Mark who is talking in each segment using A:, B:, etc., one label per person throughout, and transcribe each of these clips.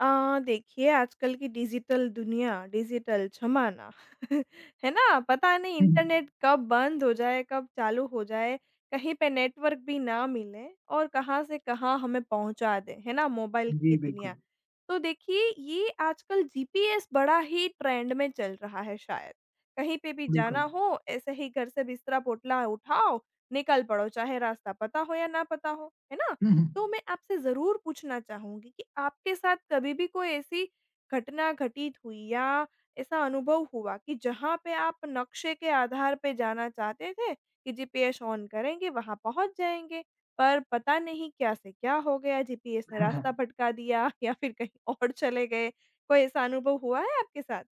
A: देखिए आजकल की डिजिटल दुनिया, डिजिटल ज़माना है ना? पता नहीं
B: हम्म,
A: इंटरनेट कब बंद हो जाए, कब चालू हो जाए, कहीं पे नेटवर्क भी ना मिले और कहाँ से कहाँ हमें पहुँचा दे, है ना? मोबाइल की
B: जी,
A: दुनिया।
B: बिल्कुल,
A: तो देखिए ये आजकल जीपीएस बड़ा ही ट्रेंड में चल रहा है शायद। कहीं पे भी जाना
B: बिल्कुल।
A: हो, ऐसे ही घर से बिस्तरा पोटला उठाओ, निकल पड़ो, चाहे रास्ता पता हो या ना पता हो, है ना?
B: हुँ, हुँ।
A: तो मैं आपसे ज़रूर पूछना चाहूँगी कि आपके साथ कभी भी कोई ऐसी घटना घटित हुई या ऐसा अनुभव हुआ कि जहाँ पे आप नक्शे के आधार पे जाना चाहते थे कि जीपीएस ऑन करेंगे, वहाँ पहुँच जाएँगे, पर पता नहीं क्या से क्या हो गया, जीपीएस ने
B: हाँ, हाँ।
A: रास्ता भटका दिया या फिर कहीं और चले गए? कोई ऐसा अनुभव हुआ है आपके साथ?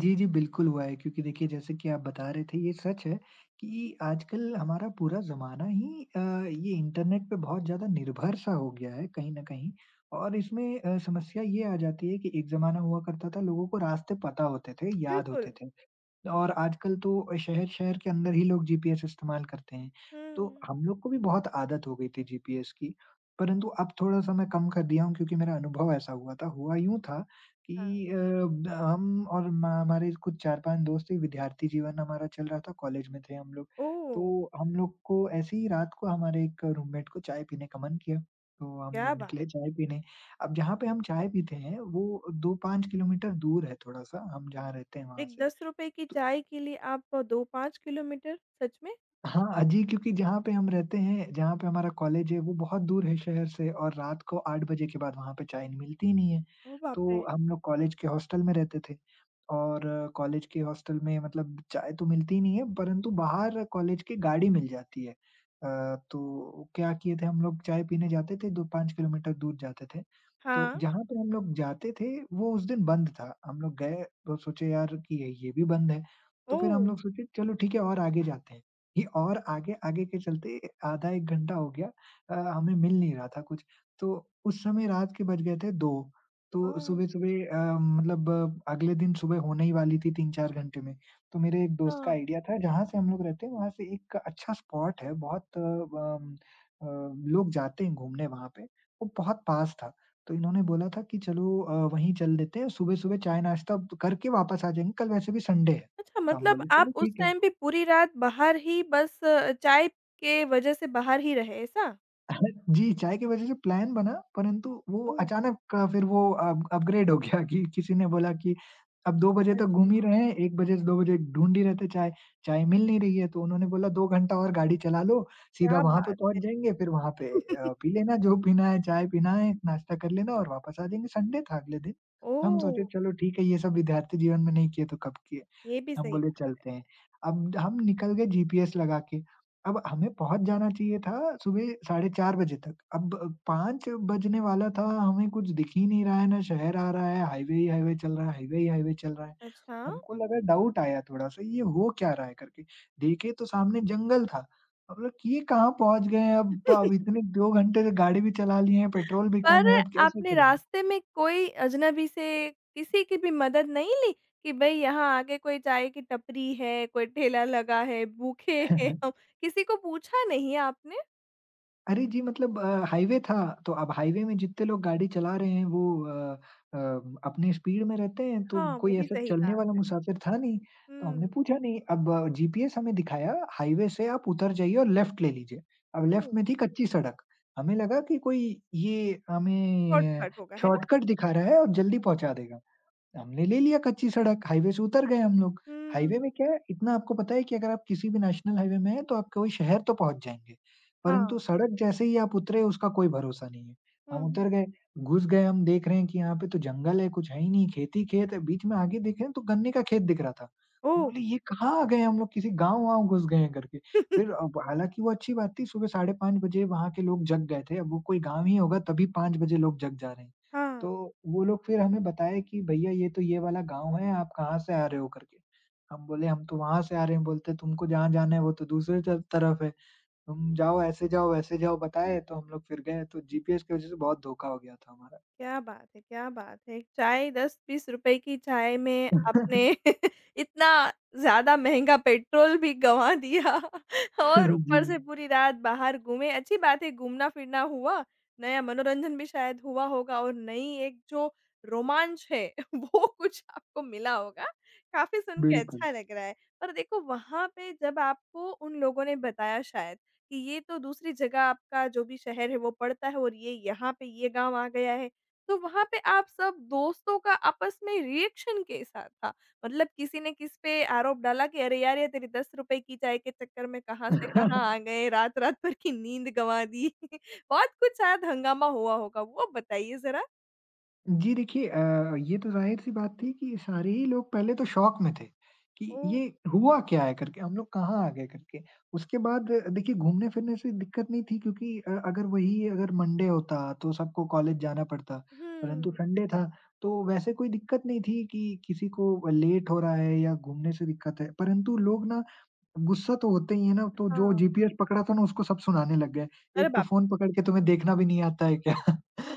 B: जी, जी, बिल्कुल हुआ है क्योंकि देखिए जैसे कि आप बता रहे थे ये सच है कि आजकल हमारा पूरा ज़माना ही ये इंटरनेट पे बहुत ज़्यादा निर्भर सा हो गया है कहीं न कहीं और इसमें समस्या ये आ जाती है कि एक ज़माना हुआ करता था लोगों को रास्ते पता होते थे, याद
A: बिल्कुल।
B: होते थे। और आजकल तो शहर-शहर के अंदर ही लोग जीपीएस इस्तेमाल करते हैं। तो
A: हुँ।
B: हम लोग को भी बहुत आदत हो गई थी जीपीएस की, परंतु अब थोड़ा-सा मैं कम कर दिया हूँ क्योंकि मेरा अनुभव ऐसा हुआ था। हुआ यूँ था कि
A: हाँ।
B: अ, ब हम और म हमारे कुछ 4-5 दोस्त थे, विद्यार्थी जीवन हमारा चल रहा था, कॉलेज में थे हम लोग।
A: ओह!
B: तो हम लोग को ऐसे ही रात को हमारे एक रूममेट को चाय पीने का मन किया, तो हम
A: क्या
B: लोग
A: बात!
B: निकले चाय पीने। अब जहाँ पे हम चाय पीते हैं, वो 2-5 किलोमीटर दूर है थोड़ा-सा, हम जहाँ रहते हैं वहाँ
A: एक
B: से।
A: ₹10 की चाय के लिए आप 2-5 किलोमीटर? सच में?
B: हाँ, अजी क्योंकि जहाँ पे हम रहते हैं, जहाँ पे हमारा कॉलेज है, वो बहुत दूर है शहर से और रात को 8 बजे के बाद वहाँ पे चाय मिलती ही नहीं है।
A: ओह बाप रे!
B: तो हम लोग कॉलेज के हॉस्टल में रहते थे और कॉलेज के हॉस्टल में मतलब चाय तो मिलती ही नहीं है, परंतु बाहर कॉलेज की गाड़ी मिल जाती है। तो क्या किए थे हम लोग चाय पीने जाते थे, 2-5 किलोमीटर दूर जाते थे। तो
A: हाँ,
B: जहाँ पे हम लोग जाते थे, वो उस दिन बंद था। हम लोग गए तो सोचे यार कि ये भी बंद है। तो फिर
A: ओह!
B: हम लोग सोचे चलो ठीक है और आगे जाते हैं। ये और आगे आगे के चलते आधा 1 घंटा हो गया हमें मिल नहीं रहा था कुछ। तो उस समय रात के बज गए थे 2 तो
A: हाँ,
B: सुबह-सुबह मतलब अगले दिन सुबह होने ही वाली थी 3-4 घंटे में। तो मेरे एक दोस्त का
A: अच्छा।
B: आइडिया था जहाँ से हम लोग रहते हैं वहाँ से एक अच्छा स्पॉट है बहुत अम अ, लोग जाते हैं घूमने वहाँ पे, वो बहुत पास था। तो इन्होंने बोला था कि चलो वहीं चल देते हैं सुबह-सुबह चाय नाश्ता करके वापस आ जाएँगे, कल वैसे भी संडे है।
A: अच्छा
B: तो हम
A: मतलब
B: बोले
A: आप
B: चलो
A: उस
B: ठीक है।
A: टाइम पे पूरी रात बाहर ही बस चाय के वजह से बाहर ही रहे, ऐसा?
B: जी, चाय की वजह से प्लान बना, परंतु वो
A: ओह!
B: अचानक का फिर वो अप अपग्रेड हो गया कि किसी ने बोला कि अब 2 बजे तक घूम ही
A: अच्छा,
B: रहे हैं, 1 बजे से 2 बजे ढूँढ ही रहे थे चाय, चाय मिल नहीं रही है, तो उन्होंने बोला 2 घंटा और गाड़ी चला लो, सीधा
A: क्या
B: वहाँ पे
A: बात है।
B: पहुँच जाएँगे, फिर वहाँ पे पी लेना जो पीना है, चाय पीना है, नाश्ता कर लेना और वापस आ जाएँगे। संडे था अगले दिन, तो हम
A: ओह!
B: सोचे चलो ठीक है, ये सब विद्यार्थी जीवन में नहीं किए तो कब किए।
A: ये भी
B: हम
A: सही
B: बोले
A: बात
B: चलते हैं। अब हम निकल गए जीपीएस लगा के। अब हमें पहुँच जाना चाहिए था सुबह साढ़े 4 बजे तक। अब 5 बजने वाला था, हमें कुछ दिख ही नहीं रहा है, ना शहर आ रहा है, हाईवे ही हाईवे चल रहा है, हाईवे ही हाईवे चल रहा है।
A: है। अच्छा,
B: हमको लगा डाउट आया थोड़ा-सा, ये हो क्या रहा है करके। देखे तो सामने जंगल था। हम बोला कि ये कहाँ पहुँच गए हैं अब इतने 2 घंटे से गाड़ी भी चला लिए हैं, पेट्रोल भी
A: पर
B: कम है, अब कैसे
A: आपने
B: करेंगे?
A: रास्ते में कोई अजनबी से किसी की भी मदद नहीं ली कि भई यहाँ आगे कोई चाय की टपरी है, कोई ठेला लगा है, भूखे हैं हम, किसी को पूछा नहीं आपने?
B: अरे जी, मतलब हाईवे था, तो अब हाईवे में जितने लोग गाड़ी चला रहे हैं वो अ अ, अपनी स्पीड में रहते हैं, तो
A: हाँ, वो
B: कोई
A: भी
B: ऐसा
A: सही
B: चलने
A: बात
B: वाला
A: है।
B: मुसाफिर था नहीं, तो हमने
A: हुँ।
B: पूछा नहीं। अब जीपीएस हमें दिखाया हाईवे से आप उतर जाइए और लेफ्ट ले लीजिए। अब लेफ्ट
A: ओह!
B: में थी कच्ची सड़क, हमें लगा कि कोई ये हमें
A: शॉर्टकट होगा, है ना?
B: शॉर्टकट दिखा रहा है और जल्दी पहुँचा देगा। हमने ले लिया कच्ची सड़क, हाईवे से उतर गए हम लोग। हाईवे
A: हुँ,
B: में क्या है, इतना आपको पता है कि अगर आप किसी भी नेशनल हाईवे में हैं, तो आप कोई शहर तो पहुँच जाएँगे, परंतु
A: हाँ।
B: सड़क जैसे ही आप उतरे, उसका कोई भरोसा नहीं है। हम
A: हुँ, हुँ।
B: उतर गए, घुस गए, हम देख रहे हैं कि यहाँ पे तो जंगल है, कुछ है ही नहीं, खेत ही खेत है। बीच में आगे देखे तो गन्ने का खेत दिख रहा था। हम
A: ओह!
B: बोले, "ये कहाँ आ गए हम लोग, किसी गाँव-वाँव घुस गए हैं" करके। फिर अब हालाँकि वो अच्छी बात थी, सुबह साढ़े 5 बजे वहाँ के लोग जग गए थे। अब वो कोई गाँव ही होगा, तभी 5 बजे लोग जग जा रहे हैं।
A: हाँ।
B: तो वो लोग फिर हमें बताए कि भैया ये तो ये वाला गाँव है, आप कहाँ से आ रहे हो करके। हम बोले हम तो वहाँ से आ रहे हैं, बोलते तुमको जहाँ जाना है वो तो दूसरे त तरफ है, तुम जाओ ऐसे जाओ वैसे जाओ बताए तो हम लोग फिर गए, तो जीपीएस की वज़ह से बहुत धोखा हो गया था हमारा।
A: क्या बात है, क्या बात है! एक चाय 10-20 रुपए की चाय में आपने इतना ज़्यादा महँगा पेट्रोल भी गँवा दिया और
B: जी,
A: ऊपर से पूरी रात बाहर घूमे। अच्छी बात है घूमना-फिरना हुआ, नया मनोरंजन भी शायद हुआ होगा और नई एक जो रोमांच है वो कुछ आपको मिला होगा। काफ़ी सुन के
B: बिल्कुल।
A: अच्छा लग रहा है। पर देखो वहाँ पे जब आपको उन लोगों ने बताया शायद कि ये तो दूसरी जगह आपका जो भी शहर है वो पड़ता है और ये यहाँ पे ये गाँव आ गया है। तो वहाँ पे आप सब दोस्तों का आपस में रिएक्शन कैसा था? मतलब किसी ने किस पे आरोप डाला कि अरे यार, ये तेरी ₹10 की चाय के चक्कर में कहाँ से कहाँ आ गए, रात-रात भर की नींद गँवा दी। बहुत कुछ शायद हँगामा हुआ होगा, वो बताइए ज़रा?
B: जी देखिए ये तो ज़ाहिर-सी बात थी कि सारे ही लोग पहले तो शॉक में थे, कि
A: ओह!
B: ये हुआ क्या है करके, हम लोग कहाँ आ गए करके। उसके बाद देखिए घूमने-फिरने से दिक्कत नहीं थी क्योंकि अगर मंडे होता तो सबको कॉलेज जाना पड़ता, परंतु
A: हुँ,
B: संडे था तो वैसे कोई दिक्कत नहीं थी कि किसी को लेट हो रहा है या घूमने से दिक्कत है। परंतु लोग ना गुस्सा तो होते ही है ना, तो जो
A: हाँ।
B: जीपीएस पकड़ा था ना उसको सब सुनाने लग गए।
A: अरे
B: एक तो
A: बाप
B: फ़ोन पकड़ के तुम्हें देखना भी नहीं आता है क्या?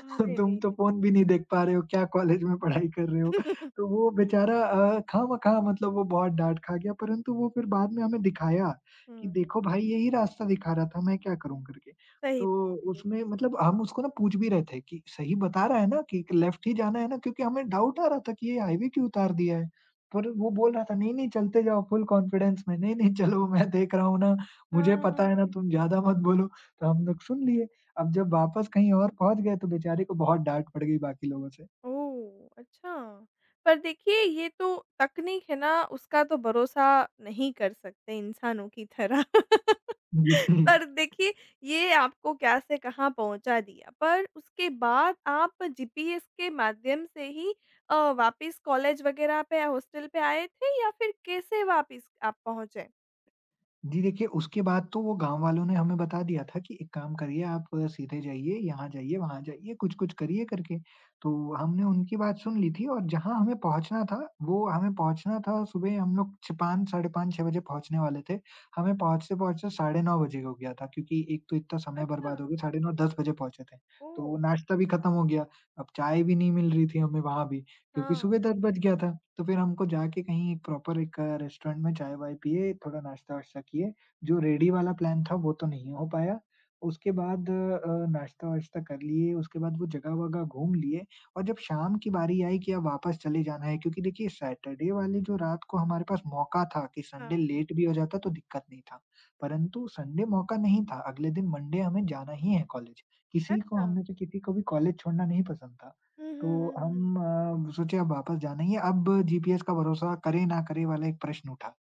A: रे! अरे
B: तुम
A: रे
B: तो
A: रे!
B: फ़ोन भी नहीं देख पा रहे हो, क्या कॉलेज में पढ़ाई कर रहे हो? तो वो बेचारा खामखा मतलब वो बहुत डाँट खा गया, परंतु वो फिर बाद में हमें दिखाया कि
A: हुँ,
B: देखो भाई यही रास्ता दिखा रहा था, मैं क्या करूँ करके।
A: सही बात
B: तो
A: है ये।
B: उसमें मतलब हम उसको ना पूछ भी रहे थे कि सही बता रहा है ना कि लेफ्ट ही जाना है ना? क्योंकि हमें डाउट आ रहा था कि ये हाईवे क्यों उतार दिया है। पर वो बोल रहा था, "नहीं-नहीं चलते जाओ" फुल कॉन्फिडेंस में, "नहीं-नहीं चलो मैं देख रहा हूँ ना, मुझे
A: हाँ,
B: पता है ना तुम ज़्यादा मत बोलो" तो हम लोग सुन लिए। अब जब वापस कहीं और पहुँच गए तो बेचारे को बहुत डाँट पड़ गई बाकी लोगों से।
A: ओह! अच्छा। पर देखिए ये तो तकनीक है ना, उसका तो भरोसा नहीं कर सकते इंसानों की तरह। पर देखिए, ये आपको क्या से कहाँ पहुँचा दिया। पर उसके बाद आप जीपीएस के माध्यम से ही वापिस कॉलेज वग़ैरह पे या हॉस्टल पे आए थे या फिर कैसे वापिस आप पहुँचे?
B: जी देखिए, उसके बाद तो वो गाँव वालों ने हमें बता दिया था कि एक काम करिए आप सीधे जाइए, यहाँ जाइए, वहाँ जाइए, कुछ-कुछ करिए करके। तो हमने उनकी बात सुन ली थी और जहाँ हमें पहुँचना था, वो हमें पहुँचना था सुबह हम लोग छ 5 साढ़े 5, 6 बजे पहुँचने वाले थे। हमें पहुँचते-पहुँचते साढ़े 9 बजे हो गया था क्योंकि एक तो इतना समय
A: अच्छा,
B: बर्बाद हो गया, साढ़े 9 10 बजे पहुँचे थे।
A: ओह!
B: तो नाश्ता भी खत्म हो गया, अब चाय भी नहीं मिल रही थी हमें वहाँ भी क्योंकि
A: हाँ,
B: सुबह 10 बज गया था। तो फिर हमको जाके कहीं एक प्रॉपर एक रेस्टोरेंट में चाय-वाय पिए, थोड़ा नाश्ता-वाश्ता किए। जो रेडी वाला प्लान था वो तो नहीं हो पाया। उसके बाद नाश्ता-वाश्ता कर लिए, उसके बाद वो जगह-वगह घूम लिए और जब शाम की बारी आई कि अब वापस चले जाना है क्योंकि देखिए सैटरडे वाली जो रात को हमारे पास मौका था कि संडे
A: हाँ।
B: लेट भी हो जाता तो दिक्कत नहीं था। परंतु संडे मौका नहीं था, अगले दिन मंडे हमें जाना ही है कॉलेज। किसी को
A: अच्छा।
B: हम में से किसी को भी कॉलेज छोड़ना नहीं पसंद था।
A: हुँ, हुँ,
B: तो
A: हुँ, हुँ।
B: हम सोचे अब वापस जाना ही है, अब जीपीएस का भरोसा करें ना करें वाला एक प्रश्न उठा।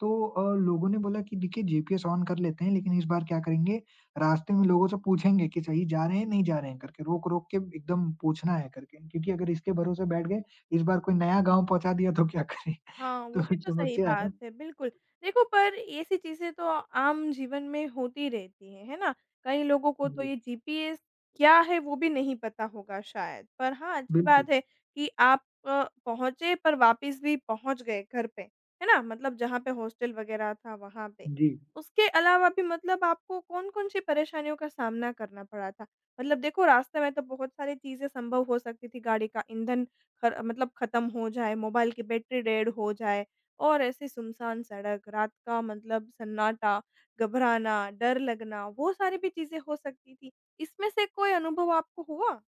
B: तो लोगों ने बोला कि देखिए जीपीएस ऑन कर लेते हैं, लेकिन इस बार क्या करेंगे, रास्ते में लोगों से पूछेंगे कि सही जा रहे हैं, नहीं जा रहे हैं करके, रोक-रोक के एकदम पूछना है करके। क्योंकि अगर इसके भरोसे बैठ गए, इस बार कोई नया गाँव पहुँचा दिया तो क्या करें?
A: हाँ, वो
B: तो
A: भी तो सही
B: समस्या है ना।
A: बात है, बिल्कुल। देखो पर ऐसी चीज़ें तो आम जीवन में होती रहती हैं, है ना? कई लोगों को तो
B: जी,
A: ये जीपीएस क्या है वो भी नहीं पता होगा शायद। पर हाँ, अच्छी
B: बिल्कुल।
A: बात है कि आप पहुँचे पर वापस भी पहुँच गए घर पे, है ना? मतलब जहाँ पे हॉस्टल वग़ैरह था वहाँ पे।
B: जी।
A: उसके अलावा भी मतलब आपको कौन-कौन सी परेशानियों का सामना करना पड़ा था? मतलब देखो रास्ते में तो बहुत सारी चीज़ें संभव हो सकती थी, गाड़ी का ईंधन खर मतलब ख़त्म हो जाए, मोबाइल की बैटरी डेड हो जाए और ऐसे सुनसान सड़क, रात का मतलब सन्नाटा, घबराना, डर लगना, वो सारी भी चीज़ें हो सकती थी। इसमें से कोई अनुभव आपको हुआ?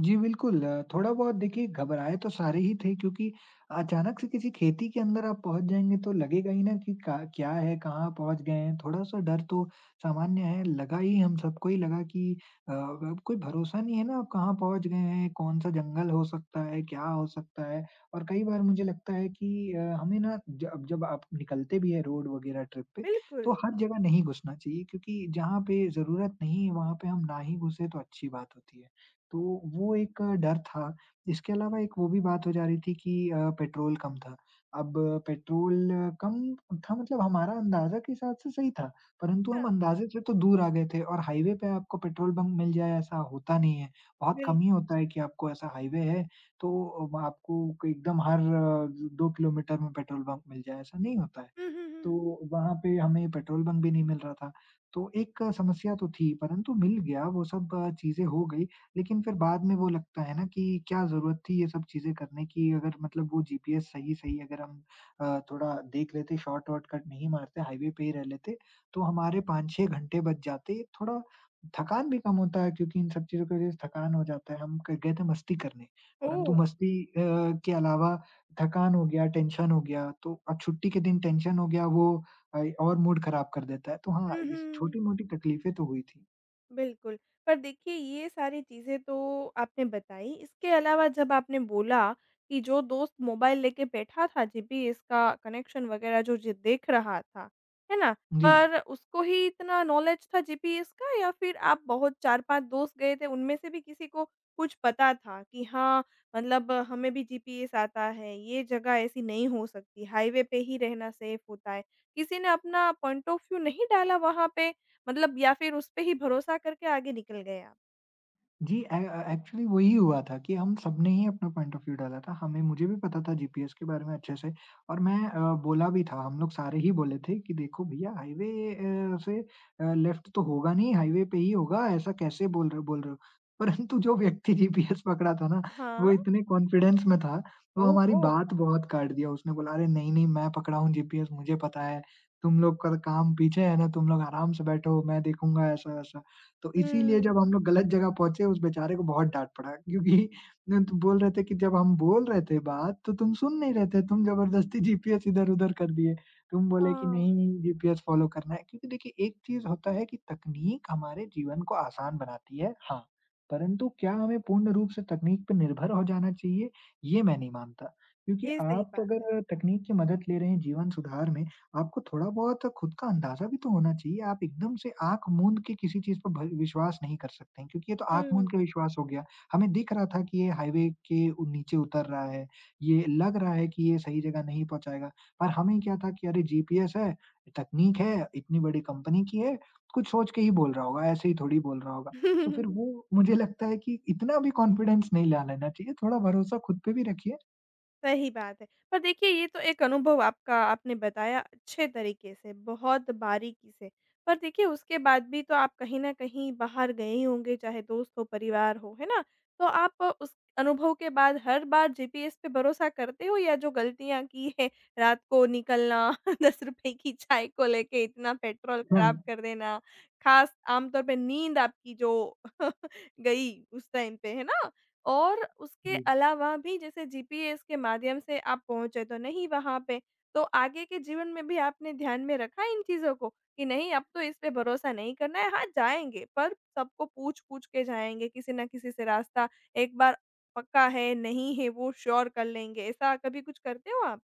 B: जी, बिल्कुल। थोड़ा-बहुत देखिए घबराए तो सारे ही थे क्योंकि अचानक से किसी खेती के अंदर आप पहुँच जाएँगे तो लगेगा ही ना कि का क्या है, कहाँ पहुँच गए हैं? थोड़ा-सा डर तो सामान्य है, लगा ही हम सबको ही लगा कि अब कोई भरोसा नहीं है ना आप कहाँ पहुँच गए हैं, कौन-सा जंगल हो सकता है, क्या हो सकता है? और कई बार मुझे लगता है कि हमें ना जब जब आप निकलते भी हैं रोड वगैरह ट्रिप पे,
A: बिल्कुल।
B: तो हर जगह नहीं घुसना चाहिए क्योंकि जहाँ पे ज़रूरत नहीं है, वहाँ पे हम ना ही घुसे तो अच्छी बात होती है। तो वो एक डर था। इसके अलावा एक वो भी बात हो जा रही थी कि पेट्रोल कम था। अब पेट्रोल कम था मतलब हमारा अंदाज़ा के हिसाब से सही था, परंतु
A: अच्छा,
B: हम अंदाज़े से तो दूर आ गए थे और हाईवे पे आपको पेट्रोल बंक मिल जाए ऐसा होता नहीं है। बहुत
A: बिल
B: कम ही होता है कि आपको ऐसा हाईवे है तो आपको एकदम हर 2 किलोमीटर में पेट्रोल बंक मिल जाए, ऐसा नहीं होता है।
A: हुँ, हुँ, हुँ,
B: तो
A: हुँ।
B: वहाँ पे हमें पेट्रोल पंप भी नहीं मिल रहा था। तो एक समस्या तो थी परंतु मिल गया वो सब चीज़ें हो गई। लेकिन फिर बाद में वो लगता है ना कि क्या ज़रूरत थी ये सब चीज़ें करने की अगर मतलब वो जीपीएस सही-सही अगर हम थोड़ा देख लेते शॉर्ट वॉर्टकट नहीं मारते हाईवे पे ही रह लेते, तो हमारे 5-6 घंटे बच जाते। थोड़ा थकान भी कम होता है क्योंकि इन सब चीज़ों की वज़ह से थकान हो जाता है। हम क गए थे मस्ती करने परंतु
A: ओह!
B: मस्ती के अलावा थकान हो गया, टेंशन हो गया, तो अब छुट्टी के दिन टेंशन हो गया वो और मूड खराब कर देता है। तो हाँ,
A: हुँ,
B: इस
A: हुँ।
B: छोटी-मोटी तकलीफें तो हुई थी।
A: बिल्कुल, पर देखिए ये सारी चीज़ें तो आपने बताई, इसके अलावा जब आपने बोला कि जो दोस्त मोबाइल लेके बैठा था जीपीएस का कनेक्शन वग़ैरह जो जी देख रहा था, है ना?
B: जी।
A: पर उसको ही इतना नॉलेज था जीपीएस का या फिर आप बहुत 4-5 दोस्त गए थे उनमें से भी किसी को कुछ पता था कि हाँ, मतलब हमें भी जीपीएस आता है, ये जगह ऐसी नहीं हो सकती, हाईवे पे ही रहना सेफ होता है। किसी ने अपना पॉइंट ऑफ व्यू नहीं डाला वहाँ पे? मतलब या फिर उस पे ही भरोसा करके आगे निकल गए आप?
B: जी, एक्चुअली वही हुआ था कि हम सबने ही अपना पॉइंट ऑफ व्यू डाला था। हमें मुझे भी पता था जीपीएस के बारे में अच्छे से और मैं बोला भी था, हम लोग सारे ही बोले थे कि देखो भईया हाईवे से लेफ्ट तो होगा नहीं, हाईवे पे ही होगा, ऐसा कैसे बोल रहे हो? परंतु जो व्यक्ति जीपीएस पकड़ा था ना, वो
A: हाँ।
B: इतने कॉन्फिडेंस में था, वो हमारी
A: ओहो!
B: बात बहुत काट दिया। उसने बोला, "अरे! नहीं-नहीं मैं पकड़ा हूँ जीपीएस मुझे पता है, तुम लोग का काम पीछे है ना, तुम लोग आराम से बैठो, मैं देखूँगा" ऐसा-वैसा। तो इसीलिए
A: हुँ।
B: जब हम लोग गलत जगह पहुँचे उस बेचारे को बहुत डाँट पड़ा क्योंकि न तो बोल रहे थे कि जब हम बोल रहे थे बात तो तुम सुन नहीं रहे थे, तुम ज़बरदस्ती जीपीएस इधर-उधर कर दिए। तुम बोले कि
A: हाँ,
B: नहीं जीपीएस फ़ॉलो करना है क्योंकि देखिए एक चीज़ होता है कि तकनीक हमारे जीवन को आसान बनाती है, हाँ। परंतु क्या हमें पूर्ण रूप से तकनीक पे निर्भर हो जाना चाहिए? ये मैं नहीं मानता। क्योंकि
A: ये सही
B: आप
A: बात।
B: अगर तकनीक की मदद ले रहे हैं जीवन सुधार में आपको थोड़ा-बहुत खुद का अंदाज़ा भी तो होना चाहिए। आप एकदम से आँख मूंद के किसी चीज़ पर भ विश्वास नहीं कर सकते हैं, क्योंकि ये तो आँख मूंद
A: हुँ।
B: के विश्वास हो गया। हमें दिख रहा था कि ये हाईवे के उ नीचे उतर रहा है, ये लग रहा है कि ये सही जगह नहीं पहुँचाएगा, पर हमें क्या था कि अरे जीपीएस है, तकनीक है, इतनी बड़ी कंपनी की है, कुछ सोच के ही बोल रहा होगा, ऐसे ही थोड़ी बोल रहा होगा। तो फिर वो मुझे लगता है कि इतना भी कॉन्फिडेंस नहीं ला लेना चाहिए, थोड़ा भरोसा खुद पे भी रखिए।
A: सही बात है। पर देखिए ये तो एक अनुभव आपका आपने बताया अच्छे तरीके से, बहुत बारीकी से। पर देखिए उसके बाद भी तो आप कहीं न कहीं बाहर गए ही होंगे चाहे दोस्त हो, परिवार हो, है ना? तो आप उस अनुभव के बाद हर बार जीपीएस पे भरोसा करते हो या जो गलतियाँ की हैं, रात को निकलना, ₹10 की चाय को लेके इतना पेट्रोल
B: हाँ।
A: खराब कर देना, ख़ास आम तौर पे नींद आपकी जो गई उस टाइम पे, है ना? और उसके
B: जी।
A: अलावा भी जैसे जीपीएस के माध्यम से आप पहुँचे तो नहीं वहाँ पे, तो आगे के जीवन में भी आपने ध्यान में रखा इन चीज़ों को कि नहीं अब तो इस पे भरोसा नहीं करना है। हाँ, जाएँगे पर सबको पूछ-पूछ के जाएँगे किसी न किसी से रास्ता एक बार पक्का है, नहीं है वो श्योर कर लेंगे। ऐसा कभी कुछ करते हो आप?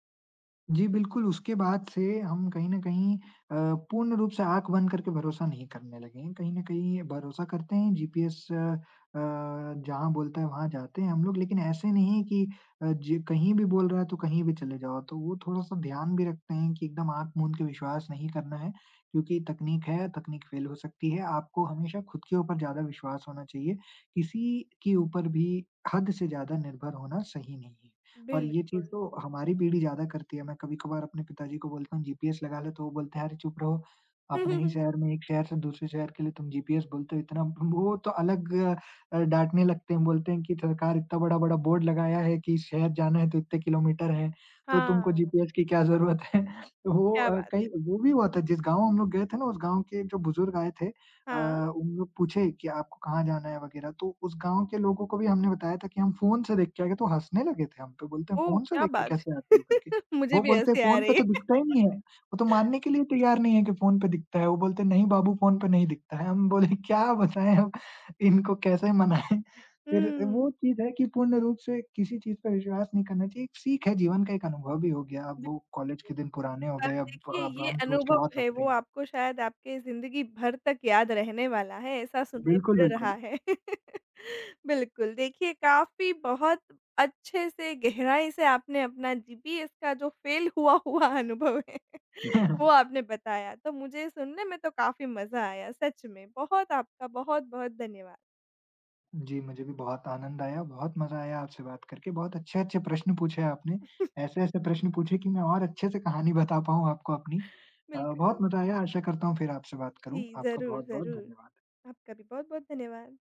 B: जी, बिल्कुल, उसके बाद से हम कहीं न कहीं पूर्ण रूप से आँख बंद करके भरोसा नहीं करने लगे हैं। कहीं न कहीं भरोसा करते हैं जीपीएस जहाँ बोलता है वहाँ जाते हैं हम लोग लेकिन ऐसे नहीं है कि जी कहीं भी बोल रहा है तो कहीं भी चले जाओ। तो वो थोड़ा-सा ध्यान भी रखते हैं कि एकदम आँख मूंद के विश्वास नहीं करना है, क्योंकि तकनीक है, तकनीक फ़ेल हो सकती है। आपको हमेशा खुद के ऊपर ज़्यादा विश्वास होना चाहिए। किसी के ऊपर भी हद से ज़्यादा निर्भर होना सही नहीं है। और ये चीज़
A: बिल्कुल।
B: तो हमारी पीढ़ी ज़्यादा करती है, मैं कभी-कभार अपने पिताजी को बोलता हूँ जीपीएस लगा लो, तो वो बोलते हैं, "अरे चुप रहो, अपने ही शहर में एक शहर से दूसरे शहर के लिए तुम जीपीएस बोलते हो इतना" वो तो अलग डाँटने लगते हैं, बोलते हैं कि सरकार इतना बड़ा-बड़ा बोर्ड लगाया है कि इस शहर जाना है तो इतने किलोमीटर है, तो
A: हाँ,
B: तुमको जीपीएस की क्या ज़रूरत है? तो वो
A: क्या बात है।
B: कहीं वो भी हुआ था जिस गाँव हम लोग गए थे ना, उस गाँव के जो बुजुर्ग आए थे अ,
A: हाँ,
B: उन लोग पूछे कि आपको कहाँ जाना है वगैरह, तो उस गाँव के लोगों को भी हमने बताया था कि हम फ़ोन से देख के आ गए, तो हँसने लगे थे हम पे, बोलते हैं,
A: ओह!
B: "फ़ोन से
A: क्या
B: देख के
A: बात है।
B: कैसे आते हो?" करके।
A: मुझे
B: वो
A: भी
B: बोलते हैं,
A: हँसी आ
B: "फ़ोन पे
A: रही
B: तो
A: है।
B: दिखता ही नहीं है।" वो तो मानने के लिए तैयार नहीं है कि फ़ोन पे दिखता है। वो बोलते हैं, "नहीं बाबू, फ़ोन पे नहीं दिखता है।" हम बोले, "क्या बताएँ अब इनको कैसे मनाएँ?" फिर
A: हुँ,
B: वो चीज़ है कि पूर्ण रूप से किसी चीज़ पे विश्वास नहीं करना चाहिए। एक सीख है, जीवन का एक अनुभव भी हो गया। अब
A: बिल्कुल।
B: वो कॉलेज के दिन पुराने हो गए, अब
A: देखिए
B: अब
A: ये
B: हम सोच के
A: अनुभव
B: बहुत
A: है
B: हँसते
A: वो
B: हैं।
A: आपको शायद आपके ज़िंदगी भर तक याद रहने वाला है, ऐसा सुनाई
B: बिल्कुल,
A: पड़ रहा
B: बिल्कुल।
A: है। बिल्कुल, देखिए काफ़ी बहुत अच्छे से गहराई से आपने अपना जीपीएस का जो फ़ेल हुआ हुआ अनुभव है, वो आपने बताया, तो मुझे सुनने में तो काफ़ी मज़ा आया सच में, बहुत आपका बहुत-बहुत धन्यवाद।
B: जी, मुझे भी बहुत आनंद आया, बहुत मज़ा आया आपसे बात करके, बहुत अच्छे-अच्छे प्रश्न पूछे आपने, ऐसे-ऐसे प्रश्न पूछे कि मैं और अच्छे से कहानी बता पाऊँ आपको अपनी।
A: बिल्कुल।
B: बहुत मज़ा आया, आशा करता हूँ फिर आपसे बात
A: जी,
B: करूँ। आपका
A: ज़रूर,
B: बहुत-बहुत धन्यवाद।
A: ज़रूर। आपका भी बहुत-बहुत धन्यवाद।